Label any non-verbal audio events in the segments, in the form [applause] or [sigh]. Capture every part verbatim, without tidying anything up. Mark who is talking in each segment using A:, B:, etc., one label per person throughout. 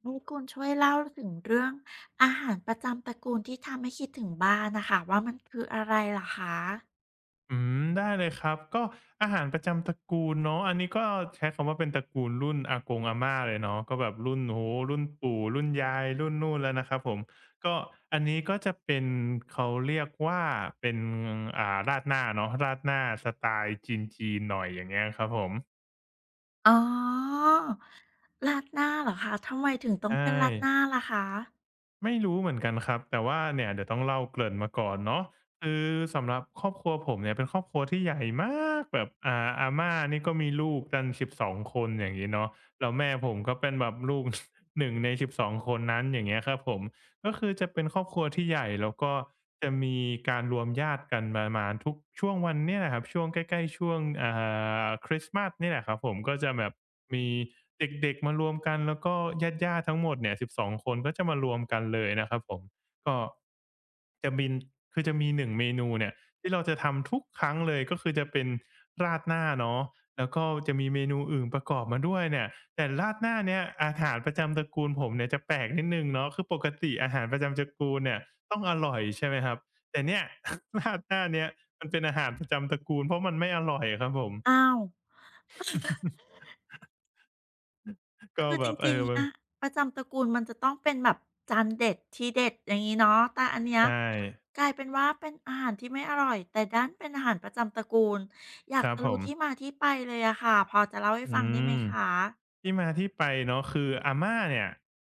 A: ให้คุณช่วยเล่าถึงเรื่องอาหารประจำตระกูลที่ทำให้คิดถึงบ้านนะคะว่ามันคืออะไรเหรอคะ
B: อืมได้เลยครับก็อาหารประจำตระกูลเนาะอันนี้ก็ใช้คำว่าเป็นตระกูลรุ่นอากงอาม่าเลยเนาะก็แบบรุ่นโอ้โฮรุ่นปู่รุ่นยายรุ่นนู่นแล้วนะครับผมก็อันนี้ก็จะเป็นเขาเรียกว่าเป็นอ่าราดหน้าเนาะราดหน้าสไตล์จีนๆหน่อยอย่างเงี้ยครับผม
A: อ๋อราดหน้าเหรอคะทำไมถึงต้อง
B: ใช่
A: เป็นราดหน้าล่ะคะ
B: ไม่รู้เหมือนกันครับแต่ว่าเนี่ยเดี๋ยวต้องเล่าเกริ่นมาก่อนเนาะคือสำหรับครอบครัวผมเนี่ยเป็นครอบครัวที่ใหญ่มากแบบอ่าอาม่านี่ก็มีลูกกันสิบสองคนอย่างงี้เนาะแล้วแม่ผมก็เป็นแบบลูก [laughs] หนึ่งในสิบสองคนนั้นอย่างเงี้ยครับผม ก็คือจะเป็นครอบครัวที่ใหญ่แล้วก็จะมีการรวมญาติกันประมาณทุกช่วงวันเนี่ยแหละครับช่วงใกล้ๆช่วงอ่าคริสต์มาสเนี่ยแหละครับผมก็จะแบบมีเด็กๆมารวมกันแล้วก็ญาติๆทั้งหมดเนี่ยสิบสองคนก็จะมารวมกันเลยนะครับผมก็จะบินคือจะมีหนึ่งเมนูเนี่ยที่เราจะทำทุกครั้งเลยก็คือจะเป็นราดหน้าเนาะแล้วก็จะมีเมนูอื่นประกอบมาด้วยเนี่ย แต่ราดหน้าเนี่ยอาหารประจำตระกูลผมเนี่ยจะแปลกนิดหนึ่งเนาะคือปกติอาหารประจำตระกูลเนี่ยต้องอร่อยใช่ไหมครับแต่เนี่ย [laughs] ราดหน้าเนี่ยมันเป็นอาหารประจำตระกูลเพราะมันไม่อร่อยอะครับผม
A: อ้าว
B: ก็
A: คือ
B: แบ
A: จ
B: บเออ
A: ริงๆ
B: บาง
A: อะประจำตระกูลมันจะต้องเป็นแบบจานเด็ดทีเด็ดอย่างงี้เนาะแต่อันเนี้ย
B: ใช่
A: กลายเป็นว่าเป็นอาหารที่ไม่อร่อยแต่ดันเป็นอาหารประจำตระกูลอยา
B: ค
A: ก
B: รับ
A: จะ
B: ผ
A: รู้
B: ม
A: ที่มาที่ไปเลยอะค่ะพอจะเล่าให้
B: อื
A: ฟังได้ไหม
B: ม
A: คะ
B: ที่มาที่ไปเนาะคืออาม่าเนี่ย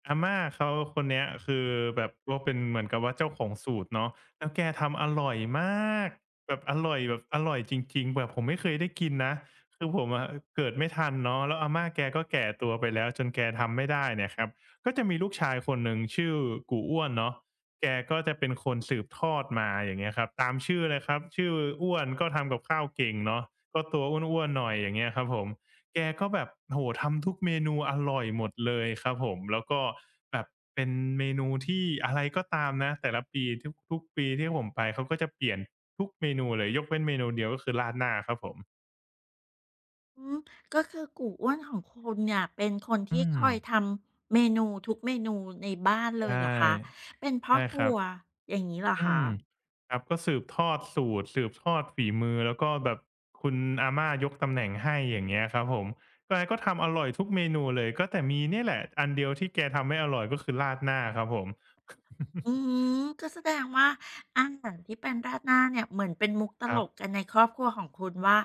B: อาม่าเขาคนเนี้ยคือแบบว่าเป็นเหมือนกับว่าเจ้าของสูตรเนาะแล้วแกทำอร่อยมากแบบอร่อยแบบอร่อยจริงๆแบบผมไม่เคยได้กินนะคือผมอะเกิดไม่ทันเนาะแล้วอาม่าแกก็แก่ตัวไปแล้วจนแกทำไม่ได้เนี่ยครับก็จะมีลูกชายคนหนึ่งชื่อกู่อ้วนเนาะแกก็จะเป็นคนสืบทอดมาอย่างเงี้ยครับตามชื่อเลยครับชื่ออ้วนก็ทำกับข้าวเก่งเนาะก็ตัวอ้วนๆหน่อยอย่างเงี้ยครับผม แกก็แบบโหทำทุกเมนูอร่อยหมดเลยครับผมแล้วก็แบบเป็นเมนูที่อะไรก็ตามนะแต่ละปีทุกทุกปีที่ผมไปเขาก็จะเปลี่ยนทุกเมนูเลยยกเว้นเมนูเดียวก็คือราดหน้าครับผม
A: อืมก็คือกูอ้วนของคุณเนี่ยเป็นคน
B: อื
A: ที่ค
B: ม
A: อยทำเมนูทุกเมนูในบ้านเลย
B: ใช่
A: เหรอคะเป็นพ่อ
B: ใช่
A: ค
B: ครั
A: รั
B: บ
A: วอย่างนี้เหรอ
B: อื
A: คะ
B: มครับก็สืบทอดสูตรสืบทอดฝีมือแล้วก็แบบคุณอาม่ายกตำแหน่งให้อย่างเงี้ยครับผมแกก็ทำอร่อยทุกเมนูเลยก็แต่มีเนี่ยแหละอันเดียวที่แกทำไม่อร่อยก็คือราดหน้าครับผม [laughs]
A: อืมก็แสดงว่าอาหารที่เป็นราดหน้าเนี่ยเหมือนเป็นมุกต
B: ค
A: ล
B: รับ
A: กกันในครอบครัวของคุณว่า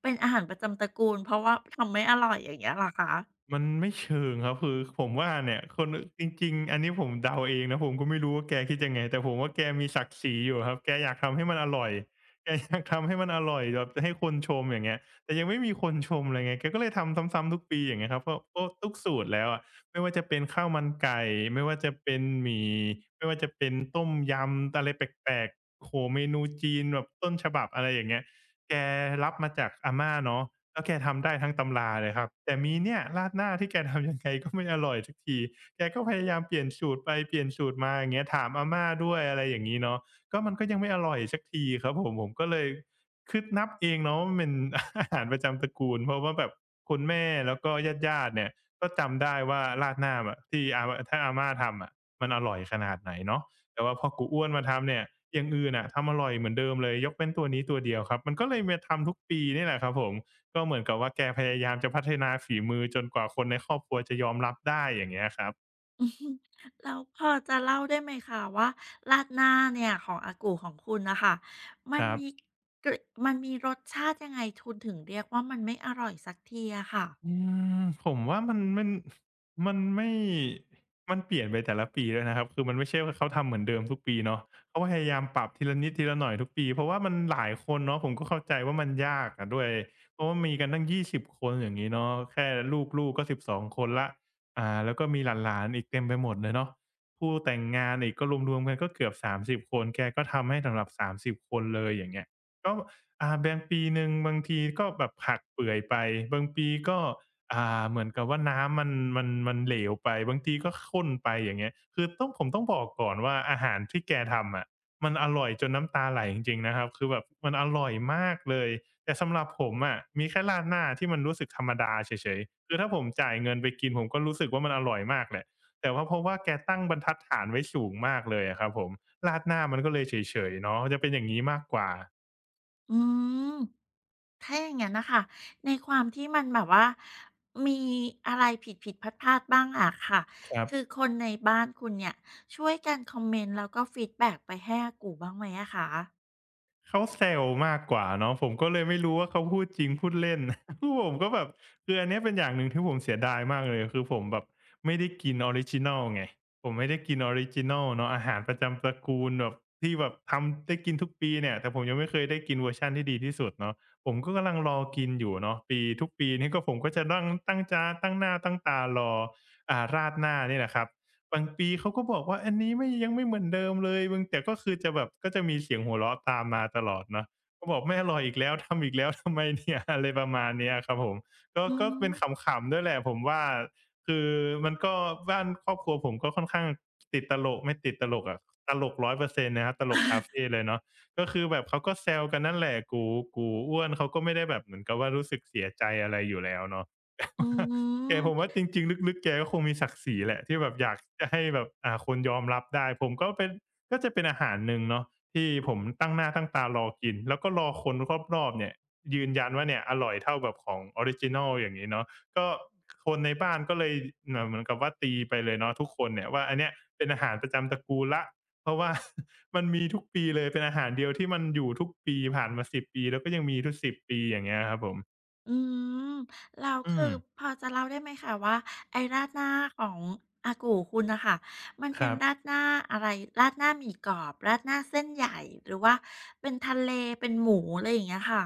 A: เป็นอาหารประจำตระกูลเพราะว่าทำไม่อร่อยอย่างเงี้ยเหรอคะ
B: มันไม่เชิงครับคือผมว่าเนี่ยคนจริงๆอันนี้ผมเดาเองนะผมก็ไม่รู้ว่าแกคิดยังไงแต่ผมว่าแกมีศักดิ์ศรีอยู่ครับแกอยากทำให้มันอร่อยแกอยากทำให้มันอร่อยแบบให้คนชมอย่างเงี้ยแต่ยังไม่มีคนชมเลยไงแกก็เลยทำซ้ำๆทุกปีอย่างเงี้ยครับก็ก็ทุกสูตรแล้วอะไม่ว่าจะเป็นข้าวมันไก่ไม่ว่าจะเป็นหมี่ไม่ว่าจะเป็นต้มยำอะไรแปลกๆโอ้โฮเมนูจีนแบบต้นฉบับอะไรอย่างเงี้ยแกรับมาจากอาม่าเนาะ แล้วแกทำได้ทั้งตำราเลยครับแต่มีเนี่ยราดหน้าที่แกทำยังไงก็ไม่อร่อยสักทีแกก็พยายามเปลี่ยนสูตรไปเปลี่ยนสูตรมาอย่างเงี้ยถามอาม่าด้วยอะไรอย่างงี้เนาะก็มันก็ยังไม่อร่อยสักทีครับผมผมก็เลยคือนับเองเนาะว่ามันเป็น [laughs] อาหารประจำตระกูลเพราะว่าแบบคุณแม่แล้วก็ญาติๆเนี่ยก็จำได้ว่าราดหน้าอะที่อาถ้าอาม่าทำอะมันอร่อยขนาดไหนเนาะแต่ว่าพอกูอ้วนมาทำเนี่ยอย่างอื่นน่ะทำอร่อยเหมือนเดิมเลยยกเว้นตัวนี้ตัวเดียวครับมันก็เลยมาทำทุกปีนี่แหละครับผม ก็เหมือนกับว่าแกพยายามจะพัฒนาฝีมือจนกว่าคนในครอบครัวจะยอมรับได้อย่างเงี้ยครับ
A: [laughs] อือฮึแล้วพอจะเล่าได้ไหมคะว่าราดหน้าเนี่ยของอากูของคุณน่ะค่ะมั
B: ค
A: น
B: รั
A: มี
B: บ
A: กมันมีรสชาติยังไงคุณถึงเรียกว่ามันไม่อร่อยสักทีอะค่ะ
B: อืมผมว่ามันมันมันไม่มันเปลี่ยนไปแต่ละปีด้วยนะครับคือมันไม่ใช่ว่าเขาทำเหมือนเดิมทุกปีเนาะเขาพยายามปรับทีละนิดทีละหน่อยทุกปีเพราะว่ามันหลายคนเนาะผมก็เข้าใจว่ามันยากอะด้วยเพราะว่ามีกันตั้งยี่สิบคนอย่างงี้เนาะแค่ลูกๆก็สิบสองคนแล้วอ่าแล้วก็มีหลานๆอีกเต็มไปหมดเลยเนาะคู่แต่งงานอีกก็รวมๆกันก็เกือบสามสิบคนแกก็ทำให้สำหรับสามสิบคนเลยอย่างเงี้ยก็ อ่าแบางปีหนึ่งบางทีก็แบบหักเปื่อยไปบางปีก็อ่าเหมือนกับว่าน้ำมันมันมันเหลวไปบางทีก็ข้นไปอย่างเงี้ยคือต้องผมต้องบอกก่อนว่าอาหารที่แกทำอะมันอร่อยจนน้ำตาไหลจริงๆนะครับคือแบบมันอร่อยมากเลยแต่สำหรับผมอะมีแค่ราดหน้าที่มันรู้สึกธรรมดาเฉยๆคือถ้าผมจ่ายเงินไปกินผมก็รู้สึกว่ามันอร่อยมากแหละแต่ว่าเพราะว่าแกตั้งบรรทัดฐานไว้สูงมากเลยอะครับผมราดหน้ามันก็เลยเฉยๆเนาะจะเป็นอย่างงี้มากกว่า
A: อืมถ้าอย่างงั้นน่ะค่ะในความที่มันแบบว่ามีอะไรผิดๆพลาดๆบ้างอะค่ะ
B: ครั
A: คือ
B: บ
A: คนในบ้านคุณเนี่ยช่วยกันคอมเมนต์แล้วก็ฟีดแบ็กไปให้อากูบ้างไหมอะคะ
B: เขาแซวมากกว่าเนาะผมก็เลยไม่รู้ว่าเขาพูดจริงพูดเล่น [laughs] คือผมก็แบบคืออันเนี้ยเป็นอย่างหนึ่งที่ผมเสียดายมากเลยคือผมแบบไม่ได้กินออริจินอลไงผมไม่ได้กินออริจินอลเนาะอาหารประจำตระกูลแบบที่แบบทำได้กินทุกปีเนี่ยแต่ผมยังไม่เคยได้กินเวอร์ชันที่ดีที่สุดเนาะผมก็กำลังรอกินอยู่เนาะปีทุกปีนี่ก็ผมก็จะตั้งตั้งจาตั้งหน้าตั้งตารออ่าราดหน้านี่แหละครับ บางปีเขาก็บอกว่าอันนี้ไม่ยังไม่เหมือนเดิมเลยมึงแต่ก็คือจะแบบก็จะมีเสียงหัวเราะตามมาตลอดเนาะก็บอกไม่อร่อยอีกแล้ว [laughs] ทำอีกแล้วทำไมเนี่ยอะไรประมาณเนี้ยครับผมก็
A: อื
B: ก็
A: ม
B: เป็นขำๆด้วยแหละผมว่าคือมันก็บ้านครอบครัวผมก็ค่อนข้างติดตลกไม่ติดตลกอะตลกร้อยเปอร์นต์นะครับตลกคาเฟ
A: [laughs]
B: เลยเนาะก็คือแบบเขาก็แซวกันนั่นแหละกูกูอ้วนเขาก็ไม่ได้แบบเหมือนกับว่ารู้สึกเสียใจอะไรอยู่แล้วเนาะ
A: อื
B: [laughs] แต่ว่า แกผม
A: ม
B: ว่าจริงๆลึกๆแกก็คงมีศักดิ์ศรีแหละที่แบบอยากจะให้แบบอ่าคนยอมรับได้ผมก็เป็นก็จะเป็นอาหารหนึ่งเนาะที่ผมตั้งหน้าตั้งตารอกินแล้วก็รอคนรอบๆเนี่ยยืนยันว่าเนี่ยอร่อยเท่าแบบของออริจินัลอย่างงี้เนาะก็คนในบ้านก็เลยเอ่อเหมือนกับว่าตีไปเลยเนาะทุกคนเนี่ยว่าอันเนี้ยเป็นอาหารประจำตระกูลแล้วเพราะว่า [laughs] มันมีทุกปีเลยเป็นอาหารเดียวที่มันอยู่ทุกปีผ่านมาสิบปีแล้วก็ยังมีทุกสิบปีอย่างเงี้ยครับผม
A: อืมแล้ว
B: อื
A: คือ
B: ม
A: พอจะเล่าได้ไหมคะว่าไอ้ราดหน้าของอากูคุณน่ะค่ะมัน
B: ค
A: เป็น
B: รับ
A: ราดหน้าอะไรราดหน้าหมี่กรอบราดหน้าเส้นใหญ่หรือว่าเป็นทะเลเป็นหมูอะไรอย่างเงี้ยค่ะ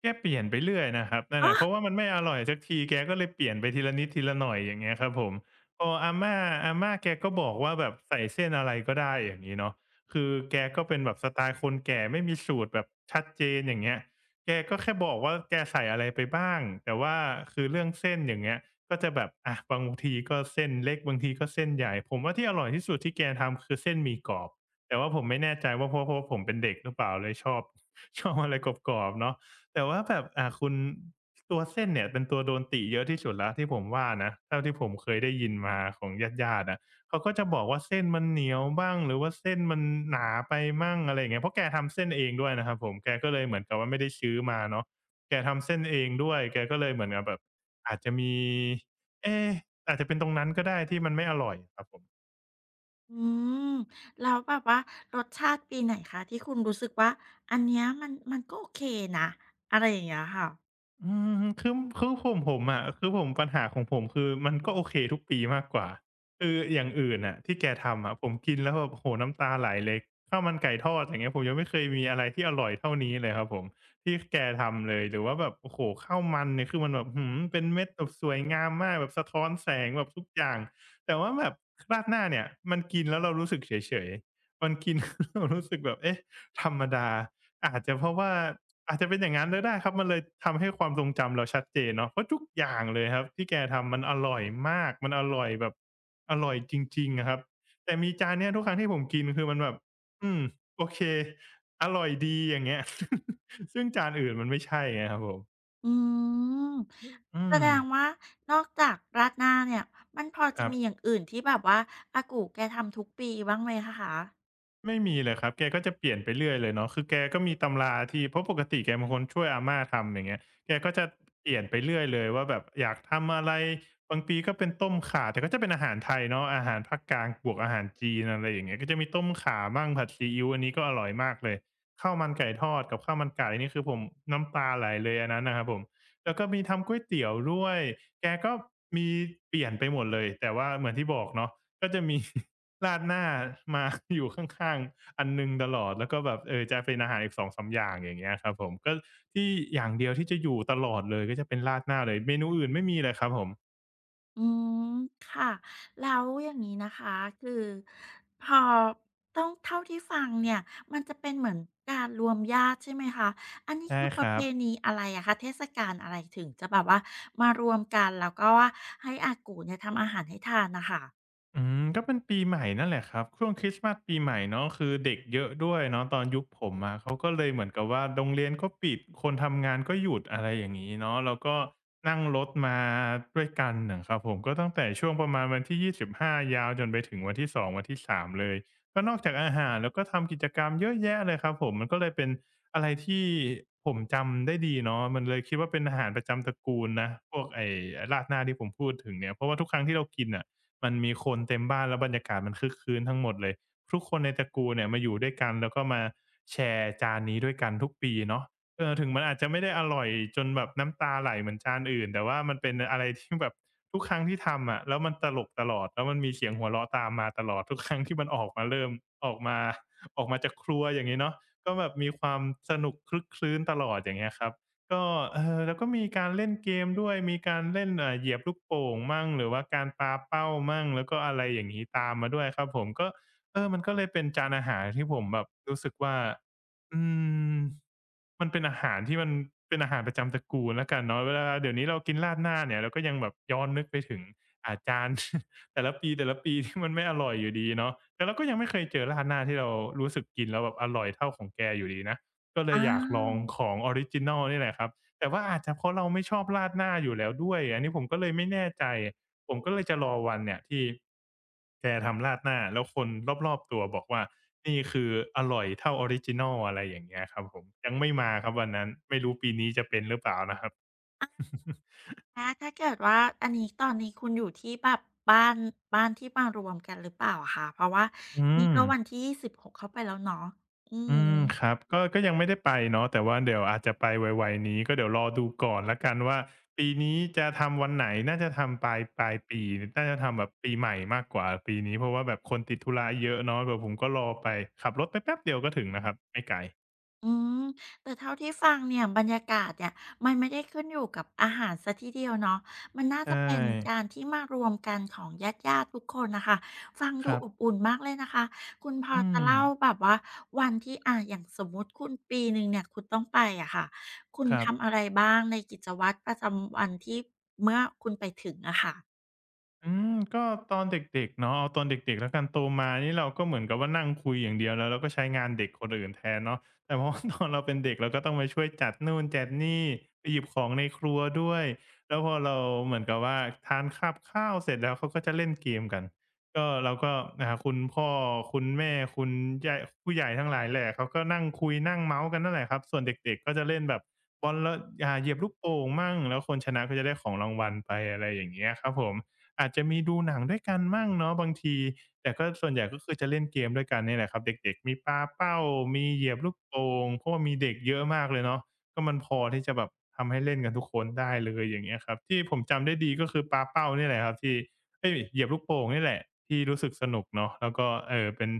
B: แกเปลี่ยนไปเรื่อยนะครับนั่น
A: อ๋อ
B: น่ะเพราะว่ามันไม่อร่อยสักทีแกก็เลยเปลี่ยนไปทีละนิดทีละหน่อยอย่างเงี้ยครับผมพออาม่าอาม่าแกก็บอกว่าแบบใส่เส้นอะไรก็ได้อย่างงี้เนาะคือแกก็เป็นแบบสไตล์คนแก่ไม่มีสูตรแบบชัดเจนอย่างเงี้ยแกก็แค่บอกว่าแกใส่อะไรไปบ้างแต่ว่าคือเรื่องเส้นอย่างเงี้ยก็จะแบบอะบางทีก็เส้นเล็กบางทีก็เส้นใหญ่ผมว่าที่อร่อยที่สุดที่แกทำคือเส้นหมี่กรอบแต่ว่าผมไม่แน่ใจว่าเพราะเพราะว่าผมเป็นเด็กหรือเปล่าเลยชอบ [laughs] ชอบอะไรกรอบๆเนาะ แต่ว่าแบบอ่าคุณตัวเส้นเนี่ยเป็นตัวโดนติเยอะที่สุดแล้วที่ผมว่านะเท่าที่ผมเคยได้ยินมาของญาติๆอะเขาก็จะบอกว่าเส้นมันเหนียวบ้างหรือว่าเส้นมันหนาไปมั่งอะไรอย่างเงี้ยเพราะแกทำเส้นเองด้วยนะครับผมแกก็เลยเหมือนกับว่าไม่ได้ซื้อมาเนาะแกทำเส้นเองด้วยแกก็เลยเหมือนกับแบบอาจจะมีเอ๊อาจจะเป็นตรงนั้นก็ได้ที่มันไม่อร่อยครับผม
A: อืมแล้วแบบว่ารสชาติปีไหนคะที่คุณรู้สึกว่าอันเนี้ยมันมันก็โอเคนะอะไรอย่างเงี้ยค่ะ
B: อืมคือคือผมผมอะคือผมปัญหาของผมคือมันก็โอเคทุกปีมากกว่าคืออย่างอื่นน่ะที่แกทำอะผมกินแล้วแบบโอ้โฮน้ำตาไหลเลยข้าวมันไก่ทอดอย่างเงี้ยผมยังไม่เคยมีอะไรที่อร่อยเท่านี้เลยครับผมที่แกทำเลยหรือว่าแบบโอ้โฮข้าวมันเนี่ยคือมันแบบอื้อฮือเป็นเม็ดแบบสวยงามมากแบบสะท้อนแสงแบบทุกอย่างแต่ว่าแบบราดหน้าเนี่ยมันกินแล้วเรารู้สึกเฉยๆมันกิน [laughs] เรารู้สึกแบบเอ๊ะธรรมดาอาจจะเพราะว่า อาจจะเป็นอย่างงั้นก็ได้ครับมันเลยทำให้ความทรงจำเราชัดเจนเนาะเพราะทุกอย่างเลยครับที่แกทำมันอร่อยมากมันอร่อยแบบอร่อยจริงๆอะครับแต่มีจานเนี้ยทุกครั้งที่ผมกินคือมันแบบอืมโอเคอร่อยดีอย่างเงี้ย [laughs] ซึ่งจานอื่นมันไม่ใช่ไงครับผม
A: อืม
B: อื
A: แส
B: ม
A: ดงว่านอกจากราดหน้าเนี่ยมันพอ
B: ค
A: จะ
B: รั
A: มีอ
B: บ
A: ย่างอื่นที่แบบว่าอากูแกทำทุกปีบ้างไหมคะ
B: ไม่มีเลยครับแกก็จะเปลี่ยนไปเรื่อยเลยเนาะคือแกก็มีตำราที่เพราะปกติแกเป็นคนช่วยอาม่าทำอย่างเงี้ยแกก็จะเปลี่ยนไปเรื่อยเลยว่าแบบอยากทำอะไรบางปีก็เป็นต้มข่าแต่ก็จะเป็นอาหารไทยเนาะอาหารภาคกลางบวกอาหารจีนอะไรอย่างเงี้ยก็จะมีต้มข่าบ้างผัดซีอิ๊วอันนี้ก็อร่อยมากเลยข้าวมันไก่ทอดกับข้าวมันไก่นี่คือผมน้ำตาไหลเลยอันนั้นนะครับผมแล้วก็มีทำก๋วยเตี๋ยวด้วยแกก็มีเปลี่ยนไปหมดเลยแต่ว่าเหมือนที่บอกเนาะก็จะมี ราดหน้ามา [laughs] อยู่ข้างๆอันหนึ่งตลอดแล้วก็แบบเออจะเป็นอาหารอีกสองสามอย่างอย่างเงี้ยครับผมก็ที่อย่างเดียวที่จะอยู่ตลอดเลยก็จะเป็นราดหน้าเลยเมนูอื่นไม่มีเลยครับผม
A: อืมค่ะแล้วอย่างนี้นะคะคือพอต้องเท่าที่ฟังเนี่ยมันจะเป็นเหมือนการรวมญาติใช่ไหมคะอันนี้
B: ใช่
A: คือป
B: ค
A: ระเพ
B: รับ
A: ณีอะไรอะคะเทศกาลอะไรถึงจะแบบว่ามารวมกันแล้วก็ว่าให้อากูเนี่ยทำอาหารให้ทานนะคะ
B: อืมก็เป็นปีใหม่นั่นแหละครับช่วงคริสต์มาสปีใหม่เนาะคือเด็กเยอะด้วยเนาะตอนยุคผมอะเขาก็เลยเหมือนกับว่าโรงเรียนก็ปิดคนทำงานก็หยุดอะไรอย่างนี้เนาะแล้วก็นั่งรถมาด้วยกันนะครับผมก็ตั้งแต่ช่วงประมาณวันที่ยี่สิบห้ายาวจนไปถึงวันที่สองวันที่สามเลยก็นอกจากอาหารแล้วก็ทำกิจกรรมเยอะแยะเลยครับผมมันก็เลยเป็นอะไรที่ผมจำได้ดีเนาะมันเลยคิดว่าเป็นอาหารประจำตระกูลนะพวกไอ้ราดหน้าที่ผมพูดถึงเนี่ยเพราะว่าทุกครั้งที่เรากินอ่ะ มันมีคนเต็มบ้านแล้วบรรยากาศมันคึกคืนทั้งหมดเลย ทุกคนในตระกูลเนี่ยมาอยู่ด้วยกันแล้วก็มาแชร์จานนี้ด้วยกันทุกปีเนาะเออถึงมันอาจจะไม่ได้อร่อยจนแบบน้ำตาไหลเหมือนจานอื่นแต่ว่ามันเป็นอะไรที่แบบทุกครั้งที่ทำอะแล้วมันตลกตลอดแล้วมันมีเสียงหัวเราะตามมาตลอดทุกครั้งที่มันออกมาเริ่มออกมาออกมาจากครัวอย่างงี้เนาะก็แบบมีความสนุกครึกครื้นตลอดอย่างเงี้ยครับ ก็เอ่อแล้วก็มีการเล่นเกมด้วยมีการเล่นเอ่อเหยียบลูกโป่งมั่งหรือว่าการปาเป้ามั่งแล้วก็อะไรอย่างงี้ตามมาด้วยครับผมก็เออมันก็เลยเป็นจานอาหารที่ผมแบบรู้สึกว่าอืมมันเป็นอาหารที่มันเป็นอาหารประจำตระกูลแล้วกันเนาะเวลาเดี๋ยวนี้เรากินราดหน้าเนี่ยเราก็ยังแบบย้อนนึกไปถึงอ่าจาน [laughs] แต่ละปีๆที่มันไม่อร่อยอยู่ดีเนาะแต่เราก็ยังไม่เคยเจอราดหน้าที่เรารู้สึกกินแล้วแบบอร่อยเท่าของแกอยู่ดีนะ ก็เลย
A: อา
B: อยากลองของออริจินัลนี่แหละครับแต่ว่าอาจจะเพราะเราไม่ชอบราดหน้าอยู่แล้วด้วยอันนี้ผมก็เลยไม่แน่ใจผมก็เลยจะรอวันเนี่ยที่แกทำราดหน้าแล้วคนรอบๆตัวบอกว่านี่คืออร่อยเท่าออริจินัลอะไรอย่างเงี้ยครับผมยังไม่มาครับวันนั้นไม่รู้ปีนี้จะเป็นหรือเปล่านะครับ [laughs]
A: อาถ้าเกิดว่าอันนี้ตอนนี้คุณอยู่ที่แบบบ้านบ้านที่มารวมกันหรือเปล่าอะคะเพราะว่า
B: อื
A: นี่
B: ม
A: ก็วันที่สิบหหกเข้าไปแล้วเนาะอื
B: อืมค
A: ม
B: รับก็ก็ยังไม่ได้ไปเนาะแต่ว่าเดี๋ยวอาจจะไปไวๆนี้ก็เดี๋ยวรอดูก่อนแล้วกันว่าปีนี้จะทำวันไหนน่าจะทำปลายปลายปีน่าจะทำแบบปีใหม่มากกว่าปีนี้เพราะว่าแบบคนติดธุระเยอะเนาะเดี๋ยวผมก็รอไปขับรถไปแป๊บเดียวก็ถึงนะครับไม่ไกล
A: อืมแต่เท่าที่ฟังเนี่ยบรรยากาศเนี่ยมันไม่ได้ขึ้นอยู่กับอาหารซสทีเดียวเนาะมันน่า
B: ใช่
A: จะเป็นการที่มารวมกันของญาติๆทุกคนนะคะฟัง
B: ค
A: ดู
B: รับ
A: อบอุ่นมากเลยนะคะคุณพอ
B: อื
A: จะ
B: ม
A: เล่าแบบว่าวันที่อ่าอย่างสมมุติคุณปีหนึ่งเนี่ยคุณต้องไปอะค่ะคุณ
B: ครั
A: ทำอะ
B: บ
A: ไรบ้างในกิจวัตรประจำวันที่เมื่อคุณไปถึงอะค่ะ
B: อืมก็ตอนเด็กๆเนาะเอาตอนเด็กๆแล้วกันโตมานี่เราก็เหมือนกับว่านั่งคุยอย่างเดียวแล้วเราก็ใช้งานเด็กคนอื่นแทนเนาะแต่เพราะว่าตอนเราเป็นเด็กเราก็ต้องไปช่วยจัดนู่นจัดนี่ไปหยิบของในครัวด้วยแล้วพอเราเหมือนกับว่าทานกับข้าวเสร็จแล้วเขาก็จะเล่นเกมกันก็เราก็อ่าคุณพ่อคุณแม่คุณย่ายผู้ใหญ่ทั้งหลายแหละเขาก็นั่งคุยนั่งเมาท์กันนั่นแหละครับส่วนเด็กๆก็จะเล่นแบบบอลแล้วอ่าเหยียบลูกโป่งมั่งแล้วคนชนะก็จะได้ของรางวัลไปอะไรอย่างเงี้ยครับผม อาจจะมีดูหนังด้วยกันมั่งเนาะบางทีแต่ก็ส่วนใหญ่ก็คือจะเล่นเกมด้วยกันเนี่ยแหละครับเด็กๆมีปาเป้ามีเหยียบลูกโป่งเพราะว่ามีเด็กเยอะมากเลยเนาะก็มันพอที่จะแบบทำให้เล่นกันทุกคนได้เลยอย่างเงี้ยครับที่ผมจำได้ดีก็คือปาเป้าเนี่ยแหละครับที่เอ๊ยเหยียบลูกโป่งนี่แหละที่รู้สึกสนุกเนาะแล้วก็เอ่อเป็น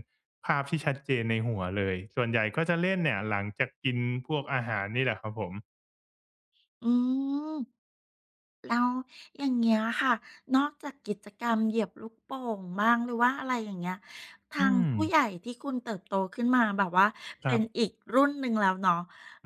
B: ภาพที่ชัดเจนในหัวเลยส่วนใหญ่ก็จะเล่นเนี่ยหลังจากกินพวกอาหารนี่แหละครับผม
A: อืม แล้วอย่างเงี้ยค่ะนอกจากกิจกรรมเหยียบลูกโป่งบ้างหรือว่าอะไรอย่างเงี้ยทา
B: อื
A: ง
B: ม
A: ผู้ใหญ่ที่คุณเติบโตขึ้นมาแบบว่า
B: ค
A: เป็
B: รั
A: น
B: บ
A: อีกรุ่นหนึ่งแล้วเนาะ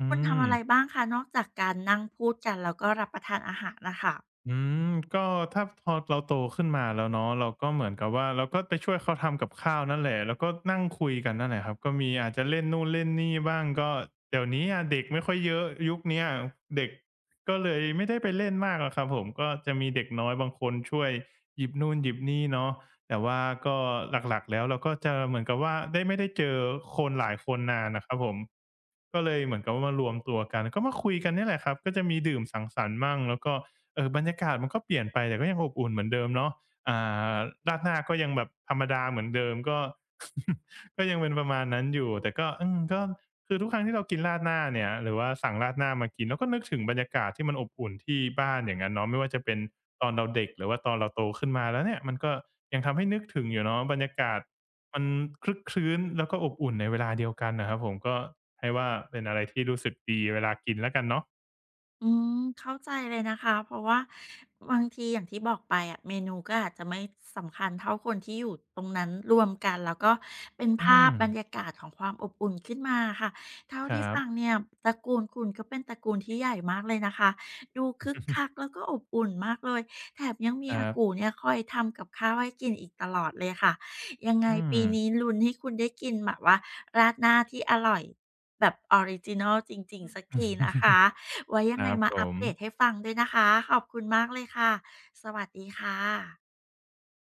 B: อื
A: คุณทำ
B: ม
A: อะไรบ้างคะนอกจากการนั่งพูดกันแล้วก็รับประทานอาหารน่ะค่ะ
B: อืมก็ถ้าพอเราโตขึ้นมาแล้วเนาะเราก็เหมือนกับว่าเราก็ไปช่วยเขาทำกับข้าวนั่นแหละแล้วก็นั่งคุยกันนั่นแหละครับก็มีอาจจะเล่นนู่นเล่นนี่บ้างก็เดี๋ยวนี้อะเด็กไม่ค่อยเยอะยุคเนี้ยเด็กก็เลยไม่ได้ไปเล่นมากหรอกครับผมก็จะมีเด็กน้อยบางคนช่วยหยิบนู่นหยิบนี่เนาะแต่ว่าก็หลักๆแล้วเราก็จะเหมือนกับว่าได้ไม่ได้เจอคนหลายคนนานน่ะครับผมก็เลยเหมือนกับว่ามารวมตัวกันก็มาคุยกันเนี่ยแหละครับก็จะมีดื่มสังสรรค์มั่งแล้วก็ เออบรรยากาศมันก็เปลี่ยนไปแต่ก็ยังอบอุ่นเหมือนเดิมเนาะอ่าราดหน้าก็ยังแบบธรรมดาเหมือนเดิมก็ [laughs] ก็ยังเป็นประมาณนั้นอยู่แต่ก็อืมก็คือทุกครั้งที่เรากินราดหน้าเนี่ยหรือว่าสั่งราดหน้ามากินเราก็นึกถึงบรรยากาศที่มันอบอุ่นที่บ้านอย่างนั้นเนาะไม่ว่าจะเป็นตอนเราเด็กหรือว่าตอนเราโตขึ้นมาแล้วเนี่ยมันก็ยังทำให้นึกถึงอยู่เนาะบรรยากาศมันคลึกคลื้นแล้วก็อบอุ่นในเวลาเดียวกันนะครับผมก็ให้ว่าเป็นอะไรที่รู้สึกดีเวลากินแล้วกันเนาะ
A: อืมเข้าใจเลยนะคะเพราะว่าบางทีอย่างที่บอกไปอะเมนูก็อาจจะไม่สำคัญเท่าคนที่อยู่ตรงนั้นรวมกันแล้วก็เป็น
B: อื
A: ภา
B: ม
A: พบรรยากาศของความอบอุ่นขึ้นมาค่ะเท่า
B: ค
A: ที่
B: รับ
A: ฟังเนี่ยตระกูลคุณก็เป็นตระกูลที่ใหญ่มากเลยนะคะดูคึกคักแล้
B: [laughs]
A: วก็อบอุ่นมากเลยแถมยังมี
B: ค
A: อา
B: รั
A: กู
B: บ
A: เนี่ยคอยทำกับข้าวให้กินอีกตลอดเลยค่ะยังไง
B: อืม
A: ปีนี้ลุ้นให้คุณได้กินแบบว่าราดหน้าที่อร่อยแบบออริจินัลจริงๆสักทีนะคะ
B: [laughs]
A: ไว้ยั
B: ค
A: งไง
B: รับ
A: มา
B: ผ
A: อัป
B: ม
A: เดตให้ฟังด้วยนะคะ ขอบคุณมากเลยค่ะ สวัสดีค่ะ